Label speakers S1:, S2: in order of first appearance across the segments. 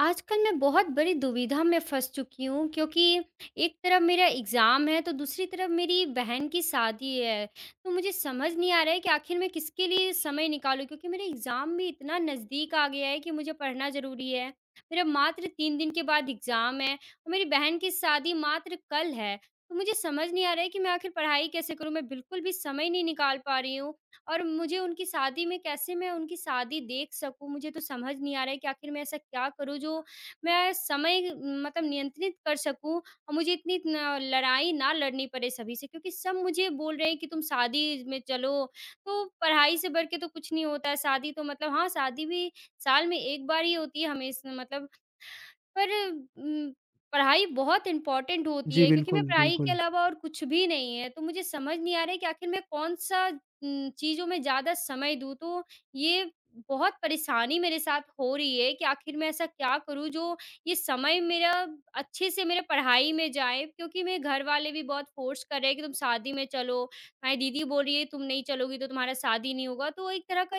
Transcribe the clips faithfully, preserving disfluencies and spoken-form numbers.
S1: आजकल मैं बहुत बड़ी दुविधा में फँस चुकी हूँ, क्योंकि एक तरफ मेरा एग्ज़ाम है तो दूसरी तरफ मेरी बहन की शादी है। तो मुझे समझ नहीं आ रहा है कि आखिर मैं किसके लिए समय निकालूँ, क्योंकि मेरा एग्ज़ाम भी इतना नज़दीक आ गया है कि मुझे पढ़ना ज़रूरी है। मेरा मात्र तीन दिन के बाद एग्ज़ाम है और मेरी बहन की शादी मात्र कल है। तो मुझे समझ नहीं आ रहा है कि मैं आखिर पढ़ाई कैसे करूँ? मैं बिल्कुल भी समय नहीं निकाल पा रही हूँ, और मुझे उनकी शादी में कैसे मैं उनकी शादी देख सकूँ, मुझे तो समझ नहीं आ रहा है कि आखिर मैं ऐसा क्या करूँ जो मैं समय मतलब नियंत्रित कर सकूँ, और मुझे इतनी न लड़ाई ना लड़नी पड़े सभी से, क्योंकि सब मुझे बोल रहे हैं कि तुम शादी में चलो, तो पढ़ाई से बढ़ के तो कुछ नहीं होता है। शादी तो मतलब, हाँ, शादी भी साल में एक बार ही होती है हमेश मतलब। पर, उम, पढ़ाई बहुत इम्पोर्टेंट होती
S2: जी,
S1: है, क्योंकि मैं
S2: बिल्कुल,
S1: पढ़ाई के
S2: बिल्कुल।
S1: अलावा और कुछ भी नहीं है। तो मुझे समझ नहीं आ रहा है कि आखिर मैं कौन-सा उम, चीज़ों में ज़्यादा समय दूँ। तो ये बहुत परेशानी मेरे साथ हो रही है कि आखिर मैं ऐसा क्या करूँ जो ये समय मेरा अच्छे से मेरा पढ़ाई में जाए, क्योंकि मेरे घर वाले भी बहुत फ़ोर्स कर रहे हैं कि तुम शादी में चलो। हमारी दीदी बोल रही है, तुम नहीं चलोगी तो तुम्हारा शादी नहीं होगा। तो एक तरह का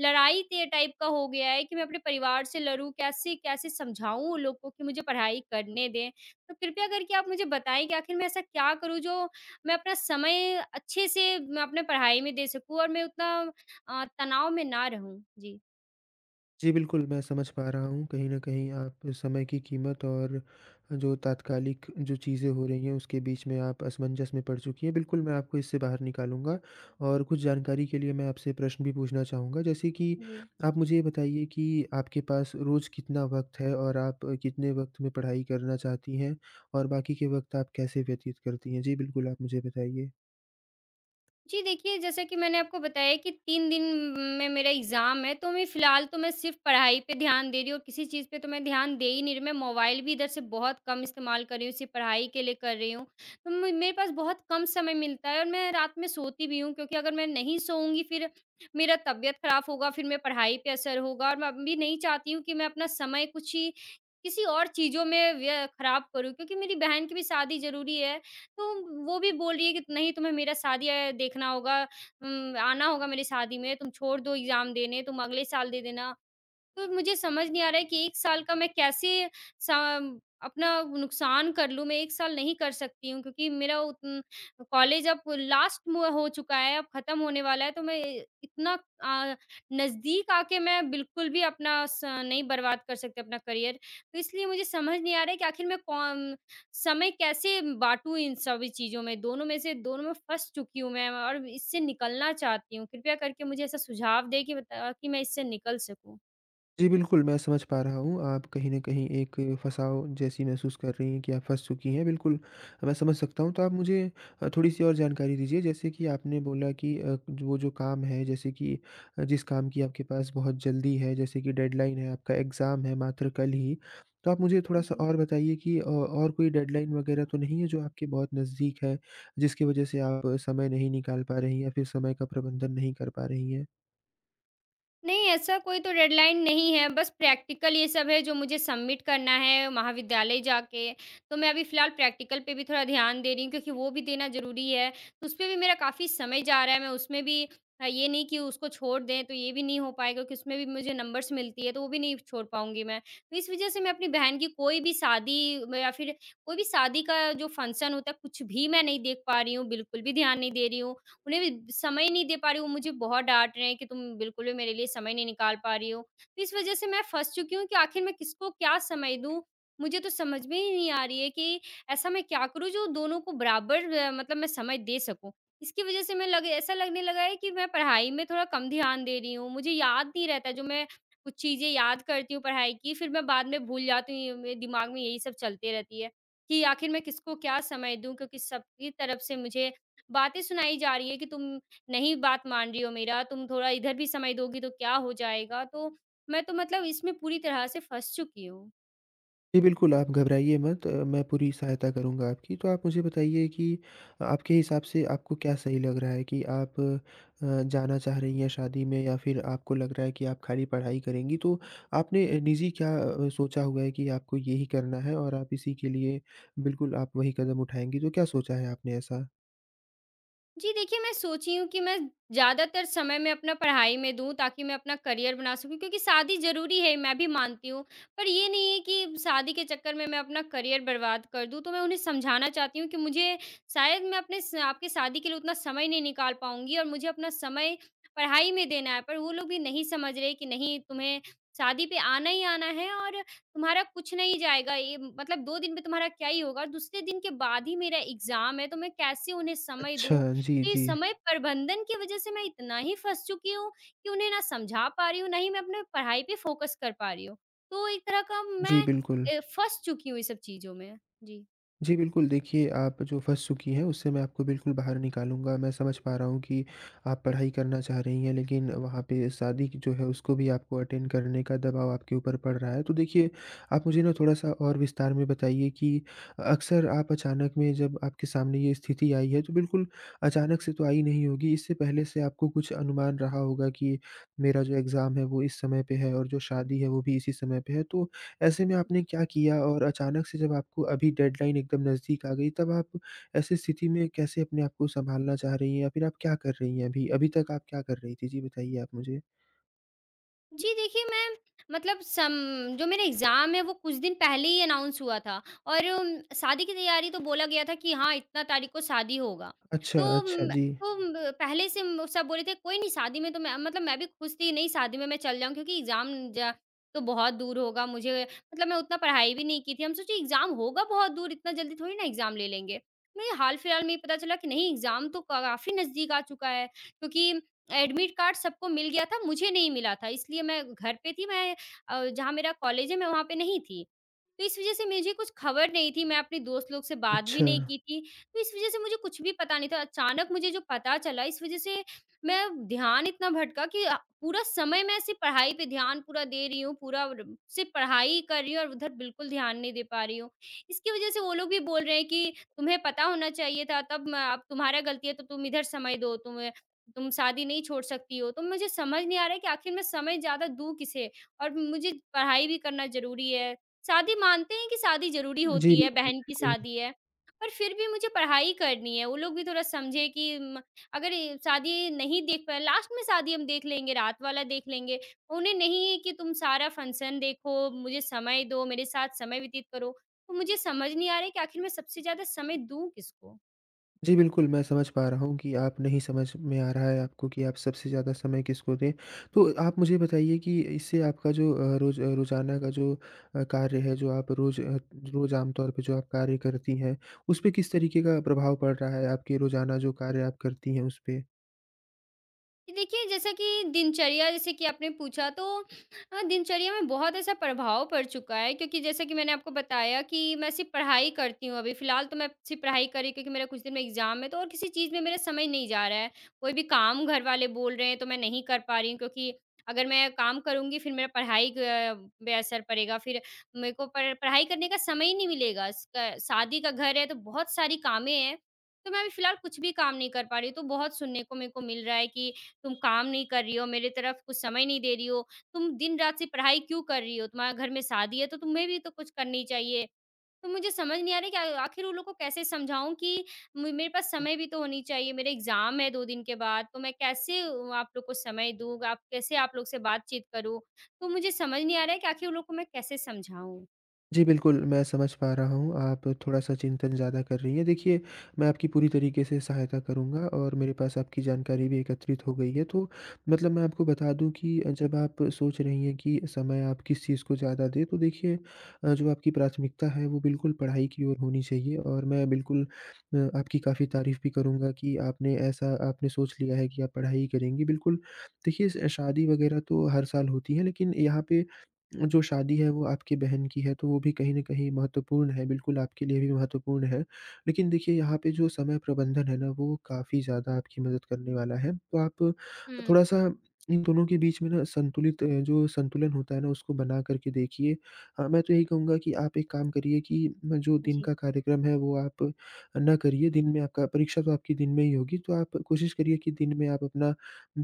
S1: लड़ाई ये टाइप का हो गया है कि मैं अपने परिवार से लड़ूँ, कैसे-कैसे समझाऊँ उन लोग को कि मुझे पढ़ाई करने दें। तो कृपया करके आप मुझे बताएँ कि आखिर मैं ऐसा क्या करूँ जो मैं अपना समय अच्छे से मैं अपने पढ़ाई में दे सकूँ, और मैं उतना अ, तनाव में ना रहूँ? जी।
S2: जी, बिल्कुल, मैं समझ पा रहा हूँ कहीं न कहीं आप समय की कीमत और जो तात्कालिक जो चीज़ें हो रही हैं, उसके बीच में आप असमंजस में पड़ चुकी हैं। बिल्कुल, मैं आपको इससे बाहर निकालूँगा और कुछ जानकारी के लिए मैं आपसे प्रश्न भी पूछना चाहूँगा। जैसे कि
S1: जी।
S2: आप मुझे ये बताइए कि आपके पास रोज़ कितना वक़्त है और आप कितने वक़्त में पढ़ाई करना चाहती हैं? और बाकी के वक़्त आप कैसे व्यतीत करती हैं? जी, बिल्कुल, आप मुझे बताइए।
S1: जी, देखिए, जैसा कि मैंने आपको बताया कि तीन दिन में मेरा एग्ज़ाम है, तो मैं फ़िलहाल तो मैं सिर्फ़ पढ़ाई पे ध्यान दे रही हूँ, और किसी चीज़ पे तो मैं ध्यान दे ही नहीं रही। मैं मोबाइल भी इधर से बहुत कम इस्तेमाल कर रही हूँ, सिर्फ़ पढ़ाई के लिए कर रही हूँ। तो म मेरे पास बहुत कम समय मिलता है, और मैं रात में सोती भी हूँ, क्योंकि अगर मैं नहीं सोऊँगी फिर मेरा तबीयत ख़राब होगा, फिर मेरी पढ़ाई पे असर होगा। और मैं अभी नहीं चाहती हूँ कि मैं अपना समय कुछ ही किसी और चीज़ों में व्य ख़राब करूँ, क्योंकि मेरी बहन की भी शादी ज़रूरी है। तो वो भी बोल रही है कि नहीं, तुम्हें मेरा शादी अ, देखना होगा, उम, आना होगा मेरी शादी में। तुम छोड़ दो एग्ज़ाम देने, तुम अगले साल दे देना। तो मुझे समझ नहीं आ रहा है कि एक साल का मैं कैसे सम अपना नुकसान कर लूँ। मैं एक साल नहीं कर सकती हूँ, क्योंकि मेरा उत कॉलेज अब लास्ट में हो चुका है, अब खत्म होने वाला है, तो मैं इतना अ, नज़दीक आके मैं बिल्कुल भी अपना स नहीं बर्बाद कर सकती अपना करियर। तो इसलिए मुझे समझ नहीं आ रहा है कि आखिर मैं कौन समय कैसे बाँटूँ इन सभी चीज़ों में। दोनों में से दोनों में फँस चुकी हूँ मैं, और इससे निकलना चाहती हूँ। कृपया करके मुझे ऐसा सुझाव दें कि बता कि मैं इससे निकल सकूँ।
S2: जी, बिल्कुल, मैं समझ पा रहा हूँ। आप कहीं न कहीं एक फँसाव जैसी महसूस कर रही हैं कि आप फँस चुकी हैं, बिल्कुल मैं समझ सकता हूँ। तो आप मुझे अ, थोड़ी-सी और जानकारी दीजिए, जैसे कि आपने बोला कि अ, जो- वो जो काम है, जैसे कि अ, जिस काम की आपके पास बहुत जल्दी है, जैसे कि डेडलाइन है, आपका एग्ज़ाम है मात्र कल ही। तो आप मुझे थोड़ा-सा
S1: जी।
S2: और बताइए कि अ, और कोई डेडलाइन वगैरह तो नहीं है जो आपके बहुत नज़दीक है, जिसकी वजह से आप समय नहीं निकाल पा रही हैं या फिर समय का प्रबंधन नहीं कर पा रही हैं?
S1: नहीं, ऐसा कोई तो डेडलाइन नहीं है, बस प्रैक्टिकल ये सब है, जो मुझे सबमिट करना है महाविद्यालय जाके। तो मैं अभी फ़िलहाल प्रैक्टिकल पे भी थोड़ा ध्यान दे रही हूँ, क्योंकि वो भी देना ज़रूरी है। तो उसपे भी मेरा काफ़ी समय जा रहा है, मैं उसमें भी अ, ये नहीं कि उसको छोड़ दें, तो ये भी नहीं हो पाएगा कि उसमें भी मुझे नंबर्स मिलती है, तो वो भी नहीं छोड़ पाऊँगी मैं। तो इस वज़ह से मैं अपनी बहन की कोई भी शादी म या फिर कोई भी शादी का जो फंक्शन होता है, कुछ भी मैं नहीं देख पा रही हूँ, बिल्कुल भी ध्यान नहीं दे रही हूँ। उन्हें भी समय नहीं दे पा रही हूँ, वो मुझे बहुत डाँट रहे हैं कि तुम बिल्कुल भी मेरे लिए समय नहीं निकाल पा रही हो। तो इस वज़ह से मैं फँस चुकी हूँ कि आखिर मैं किसको क्या समय दूँ? मुझे तो समझ में ही नहीं आ रही है कि ऐसा मैं क्या करूँ जो दोनों को बराबर अ, मतलब मैं समय दे सकूँ? इसकी वज़ह से मैं लगे ऐसा लगने लगा है कि मैं पढ़ाई में थोड़ा कम ध्यान दे रही हूँ, मुझे याद नहीं रहता। जो मैं कुछ चीज़ें याद करती हूँ पढ़ाई की, फिर मैं बाद में भूल जाती हूँ। ये मेरे दिमाग में यही सब चलते रहती है कि आखिर मैं किसको क्या समय दूँ? क्योंकि सबकी तरफ से मुझे बातें सुनाई जा रही है कि तुम नहीं बात मान रही हो मेरा, तुम थोड़ा इधर भी समय दोगी तो क्या हो जाएगा? तो मैं तो मतलब इसमें पूरी तरह से फँस चुकी हूँ।
S2: जी, बिल्कुल, आप घबराइए मत अ, मैं पूरी सहायता करूँगा आपकी। तो आप मुझे बताइए कि आपके हिसाब से आपको क्या सही लग रहा है कि आप अ, जाना चाह रही हैं शादी में या फिर आपको लग रहा है कि आप खाली पढ़ाई करेंगी? तो आपने अ, निज़ी क्या अ, सोचा हुआ है कि आपको यही करना है और आप इसी के लिए बिल्कुल आप वही कदम उठाएँगी? तो क्या सोचा है आपने ऐसा?
S1: जी, देखिए, मैं सोची हूँ कि मैं ज़्यादातर समय मैं अपना पढ़ाई में दूँ, ताकि मैं अपना करियर बना सकूँ, क्योंकि शादी ज़रूरी है, मैं भी मानती हूँ। पर ये नहीं है कि शादी के चक्कर में मैं अपना करियर बर्बाद कर दूँ। तो मैं उन्हें समझाना चाहती हूँ कि मुझे, शायद मैं अपने स आपकी शादी के लिए उतना समय नहीं निकाल पाऊँगी, और मुझे अपना समय पढ़ाई में देना है। पर वो लोग भी नहीं समझ रहे कि नहीं, तुम्हें शादी पे आना ही आना है, और तुम्हारा कुछ नहीं जाएगा, ये मतलब दो दिन में तुम्हारा क्या ही होगा? और दूसरे दिन के बाद ही मेरा एग्ज़ाम है, तो मैं कैसे उन्हें समय
S2: अच्छा,
S1: दूँ?
S2: जी,
S1: तो ये
S2: जी।
S1: समय प्रबंधन की वजह से मैं इतना ही फँस चुकी हूँ कि उन्हें ना समझा पा रही हूँ, ना ही मैं अपने पढ़ाई पे फ़ोकस कर पा रही हूँ। तो एक तरह का
S2: जी,
S1: मैं
S2: बिल्कुल।
S1: अ, फँस चुकी हूँ ये सब चीज़ों में। जी।
S2: जी, बिल्कुल। देखिए, आप जो फँस चुकी हैं, उससे मैं आपको बिल्कुल बाहर निकालूँगा। मैं समझ पा रहा हूँ कि आप पढ़ाई करना चाह रही हैं, लेकिन वहाँ पे शादी की जो है, उसको भी आपको अटेंड करने का दबाव आपके ऊपर पड़ रहा है। तो देखिए, आप मुझे ना थोड़ा-सा और विस्तार में बताइए कि अक्सर आप अचानक में जब आपके सामने ये स्थिति आई है, तो बिल्कुल अचानक से तो आई नहीं होगी। इससे पहले से आपको कुछ अनुमान रहा होगा कि मेरा जो एग्ज़ाम है, वो इस समय पे है और जो शादी है, वो भी इसी समय पे है। तो ऐसे में आपने क्या किया और अचानक से जब आपको अभी डेडलाइन एकदम नज़दीक आ गई, तब आप ऐसी स्थिति में कैसे अपने आप को सँभालना चाह रही हैं या फिर आप क्या कर रही हैं अभी? अभी तक आप क्या कर रही थीं? जी, बताइए आप मुझे।
S1: जी, देखिए, मैं मतलब, सम जो मेरा एग्ज़ाम है वो कुछ दिन पहले ही अनाउंस हुआ था, और उम, शादी की तैयारी तो बोला गया था कि हाँ, इतना तारीख को शादी होगा।
S2: अच्छा,
S1: तो
S2: अच्छा,
S1: उम,
S2: जी।
S1: तो उम, पहले से उम, सब बोले थे, कोई नहीं शादी में, तो मैं मतलब मैं भी खुश थी, नहीं शादी में मैं चल जाऊँ, क्योंकि एग्ज़ाम जा तो बहुत दूर होगा। मुझे मतलब मैं उतना पढ़ाई भी नहीं की थी। हम सोचे, एग्ज़ाम होगा बहुत दूर, इतना जल्दी थोड़ी ना एग्ज़ाम ले लेंगे। मुझे हाल-फिलहाल में ही पता चला कि नहीं, एग्ज़ाम तो काफ़ी नज़दीक आ चुका है, क्योंकि एडमिट कार्ड सबको मिल गया था, मुझे नहीं मिला था, इसलिए मैं घर पे थी। मैं, अ, जहाँ मेरा कॉलेज है मैं वहाँ पे नहीं थी। तो इस वज़ह से मुझे कुछ खबर नहीं थी, मैं अपने दोस्त लोग से बात भी
S2: अच्छा।
S1: नहीं की थी, तो इस वज़ह से मुझे कुछ भी पता नहीं था। अचानक मुझे जो पता चला, इस वज़ह से मैं ध्यान इतना भटका कि अ, पूरा समय मैं सिर्फ़ पढ़ाई पे ध्यान पूरा दे रही हूँ, पूरा र सिर्फ़ पढ़ाई कर रही हूँ, और उधर बिल्कुल ध्यान नहीं दे पा रही हूँ। इसकी वज़ह से वो लोग भी बोल रहे हैं कि तुम्हें पता होना चाहिए था, तब म अब तुम्हारा गलती है, तो तुम इधर समय दो, तुम तुम शादी नहीं छोड़ सकती हो। तो मुझे समझ नहीं आ रहा है कि आखिर मैं समय ज़्यादा दूँ किसे? और मुझे पढ़ाई भी करना ज़रूरी है। शादी, मानते हैं कि शादी ज़रूरी
S2: जी,
S1: होती है,
S2: बिल्कुल,
S1: बहन की
S2: बिल्कुल।
S1: शादी है, पर फिर भी मुझे पढ़ाई करनी है। वो लोग भी थोड़ा समझे कि म अगर ये शादी नहीं देख पाए, लास्ट में शादी हम देख लेंगे, रात वाला देख लेंगे। उन्हें नहीं है कि तुम सारा फंक्शन देखो, मुझे समय दो, मेरे साथ समय व्यतीत करो। तो मुझे समझ नहीं आ रहा है कि आखिर मैं सबसे ज़्यादा समय दूँ किसको?
S2: जी, बिल्कुल, मैं समझ पा रहा हूँ कि आप नहीं समझ में आ रहा है आपको कि आप सबसे ज़्यादा समय किसको दें। तो आप मुझे बताइए कि इससे आपका जो अ, रोज़ अ, रोज़ाना का जो अ, कार्य है, जो आप रोज़ अ, रोज़ आम तौर पे जो आप कार्य करती हैं, उस पे किस तरीके का प्रभाव पड़ रहा है? आपके रोज़ाना जो कार्य आप करती हैं, उस पे?
S1: देखिए, जैसा कि दिनचर्या, जैसे कि आपने पूछा, तो अ, दिनचर्या में बहुत ऐसा प्रभाव पड़ चुका है, क्योंकि जैसा कि मैंने आपको बताया कि मैं सिर्फ़ पढ़ाई करती हूँ, अभी फ़िलहाल तो मैं सिर्फ़ पढ़ाई कर रही हूँ, क्योंकि मेरा कुछ दिन में एग्ज़ाम है, तो और किसी चीज़ में मेरा समय नहीं जा रहा है। कोई भी काम घर वाले बोल रहे हैं तो मैं नहीं कर पा रही हूँ, क्योंकि अगर मैं काम करूँगी फिर मेरा पढ़ाई क पे असर पड़ेगा, फिर मेरे को पढ़ पढ़ाई करने का समय ही नहीं मिलेगा। स क शादी का घर है तो बहुत सारी कामें हैं, तो मैं अभी फ़िलहाल कुछ भी काम नहीं कर पा रही हूँ। तो बहुत सुनने को मेरे को मिल रहा है कि तुम काम नहीं कर रही हो, मेरी तरफ कुछ समय नहीं दे रही हो, तुम दिन-रात से पढ़ाई क्यों कर रही हो? तुम्हारे घर में शादी है, तो तुम्हें भी तो कुछ करनी चाहिए। तो मुझे समझ नहीं आ रहा कि आ आखिर उन लोग को कैसे समझाऊँ कि म मेरे पास समय भी तो होनी चाहिए, मेरे एग्ज़ाम है दो दिन के बाद, तो मैं कैसे अ, आप लोग को समय दूँ, आप कैसे आप लोग से बातचीत करूँ? तो मुझे समझ नहीं आ रहा है कि आखिर उन लोग को मैं कैसे समझाऊँ?
S2: जी, बिल्कुल, मैं समझ पा रहा हूँ, आप थोड़ा-सा चिंतन ज़्यादा कर रही हैं। देखिए, मैं आपकी पूरी तरीके से सहायता करूँगा और मेरे पास आपकी जानकारी भी एकत्रित हो गई है। तो मतलब मैं आपको बता दूँ कि अ, जब आप सोच रही हैं कि समय आप किस चीज़ को ज़्यादा दें, तो देखिए अ, जो आपकी प्राथमिकता है, वो बिल्कुल पढ़ाई की ओर होनी चाहिए और मैं बिल्कुल अ, आपकी काफ़ी तारीफ़ भी करूँगा कि आपने ऐसा आपने सोच लिया है कि आप पढ़ाई करेंगी। बिल्कुल, देखिए स शादी वगैरह तो हर साल होती है, लेकिन यहाँ पे जो शादी है वो आपकी बहन की है, तो वो भी कहीं न कहीं महत्वपूर्ण है, बिल्कुल आपके लिए भी महत्वपूर्ण है। लेकिन देखिए यहाँ पे जो समय प्रबंधन है ना, वो काफ़ी ज़्यादा आपकी मदद करने वाला है। तो आप
S1: हुँ।
S2: थोड़ा-सा इन दोनों के बीच में ना संतुलित अ, जो संतुलन होता है ना, उसको बना कर के देखिए। अ, मैं तो यही कहूँगा कि आप एक काम करिए कि म जो दिन
S1: जी,
S2: का कार्यक्रम है वो आप ना करिए, दिन में आपका परीक्षा तो आपकी दिन में ही होगी, तो आप कोशिश करिए कि दिन में आप अपना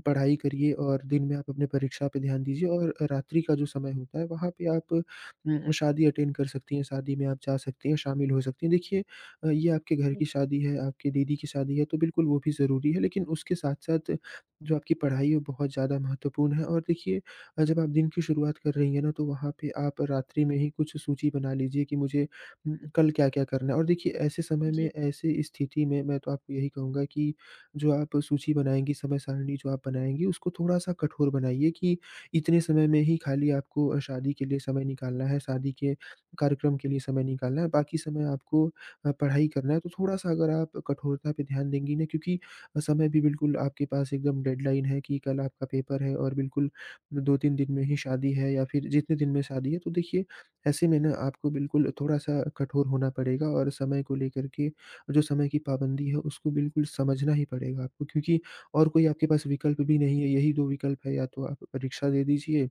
S2: पढ़ाई करिए और दिन में आप अपने परीक्षा पे ध्यान दीजिए और रात्रि का जो समय होता है वहाँ पे आप उम, शादी अटेंड कर सकती हैं, शादी में आप जा सकती हैं, शामिल हो सकती हैं। देखिए अ, ये आपके घर
S1: जी।
S2: की शादी है, आपकी दीदी की शादी है तो बिल्कुल वो भी ज़रूरी है लेकिन उसके साथ-साथ जो आपकी पढ़ाई है वो बहुत ज़्यादा महत्वपूर्ण है और देखिए अ, जब आप दिन की शुरुआत कर रही हैं ना तो वहाँ पे आप रात्रि में ही कुछ सूची बना लीजिए कि मुझे उम, कल क्या-क्या करना है और देखिए ऐसे समय में,
S1: जी,
S2: ऐसे स्थिति में मैं तो आपको यही कहूँगा कि जो आप सूची बनाएँगी, समय सारिणी जो आप बनाएँगी, उसको थोड़ा-सा कठोर बनाइए कि इतने समय में ही खाली आपको अ, शादी के लिए समय निकालना है, शादी के कार्यक्रम के लिए समय निकालना है, बाकी समय आपको अ, पढ़ाई करना है। तो थोड़ा-सा अगर आप कठोरता पे ध्यान देंगी ना क्योंकि अ, समय भी बिल्कुल आपके पास एकदम डेडलाइन है कि कल आपका पेपर है और बिल्कुल दो तीन दिन में ही शादी है या फिर जितने दिन में शादी है, तो देखिए ऐसे में ना आपको बिल्कुल थोड़ा-सा कठोर होना पड़ेगा और समय को लेकर के जो समय की पाबंदी है उसको बिल्कुल समझना ही पड़ेगा आपको क्योंकि और कोई आपके पास विकल्प भी नहीं है, यही दो विकल्प है या तो आप परीक्षा दे दीजिए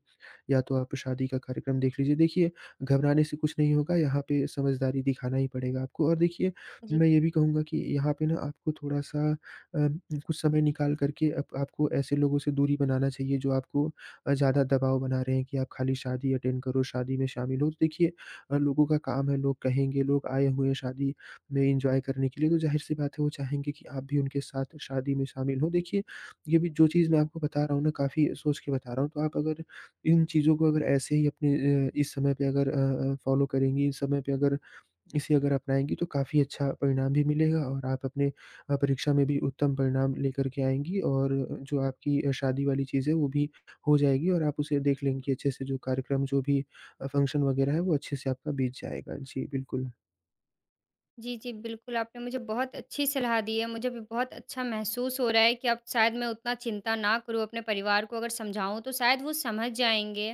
S2: या तो आप शादी का कार्यक्रम देख लीजिए। देखिए, घबराने से कुछ नहीं होगा यहाँ पे समझदारी दिखाना ही पड़ेगा आपको और देखिए,
S1: जी।
S2: मैं ये भी कहूँगा कि यहाँ पे ना आपको थोड़ा-सा अ, कुछ समय निकाल कर के आप आपको ऐसे लोगों से दूरी बनाना चाहिए जो आपको अ, ज़्यादा दबाव बना रहे हैं कि आप खाली शादी अटेंड करो, शादी में शामिल हो। तो देखिए अ, लोगों का काम है, लोग कहेंगे, लोग आए हुए हैं शादी में एन्जॉय करने के लिए, तो ज़ाहिर-सी बात है वो चाहेंगे कि आप भी उनके साथ शादी में शामिल हों। देखिए, ये भी जो चीज़ मैं आपको बता रहा हूँ ना काफ़ी सोच के बता रहा हूँ, तो आप अगर इन चीज़ों को अगर ऐसे ही अपने अ, इस समय पे अगर अ अ, फ़ॉलो करेंगी, इस समय पे अगर इसे अगर अपनाएँगी तो काफ़ी अच्छा परिणाम भी मिलेगा और आप अपने अ, परीक्षा में भी उत्तम परिणाम लेकर के आएँगी और जो आपकी अ, शादी वाली चीज़ है वो भी हो जाएगी और आप उसे देख लेंगी अच्छे से जो कार्यक्रम जो भी अ, फ़ंक्शन वगैरह है वो अच्छे से आपका बीत जाएगा। जी, बिल्कुल।
S1: जी, जी, बिल्कुल, आपने मुझे बहुत अच्छी सलाह दी है। मुझे भी बहुत अच्छा महसूस हो रहा है कि अब शायद मैं उतना चिंता ना करूँ, अपने परिवार को अगर समझाऊँ तो शायद वो समझ जाएँगे।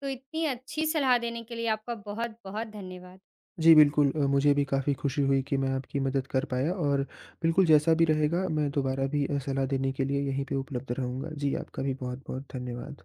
S1: तो इतनी अच्छी सलाह देने के लिए आपका बहुत-बहुत धन्यवाद।
S2: जी, बिल्कुल अ, मुझे भी काफ़ी खुशी हुई कि मैं आपकी मदद कर पाया और बिल्कुल जैसा भी रहेगा मैं दोबारा भी अ, सलाह देने के लिए यहीं पे उपलब्ध रहूँगा। जी, आपका भी बहुत-बहुत धन्यवाद।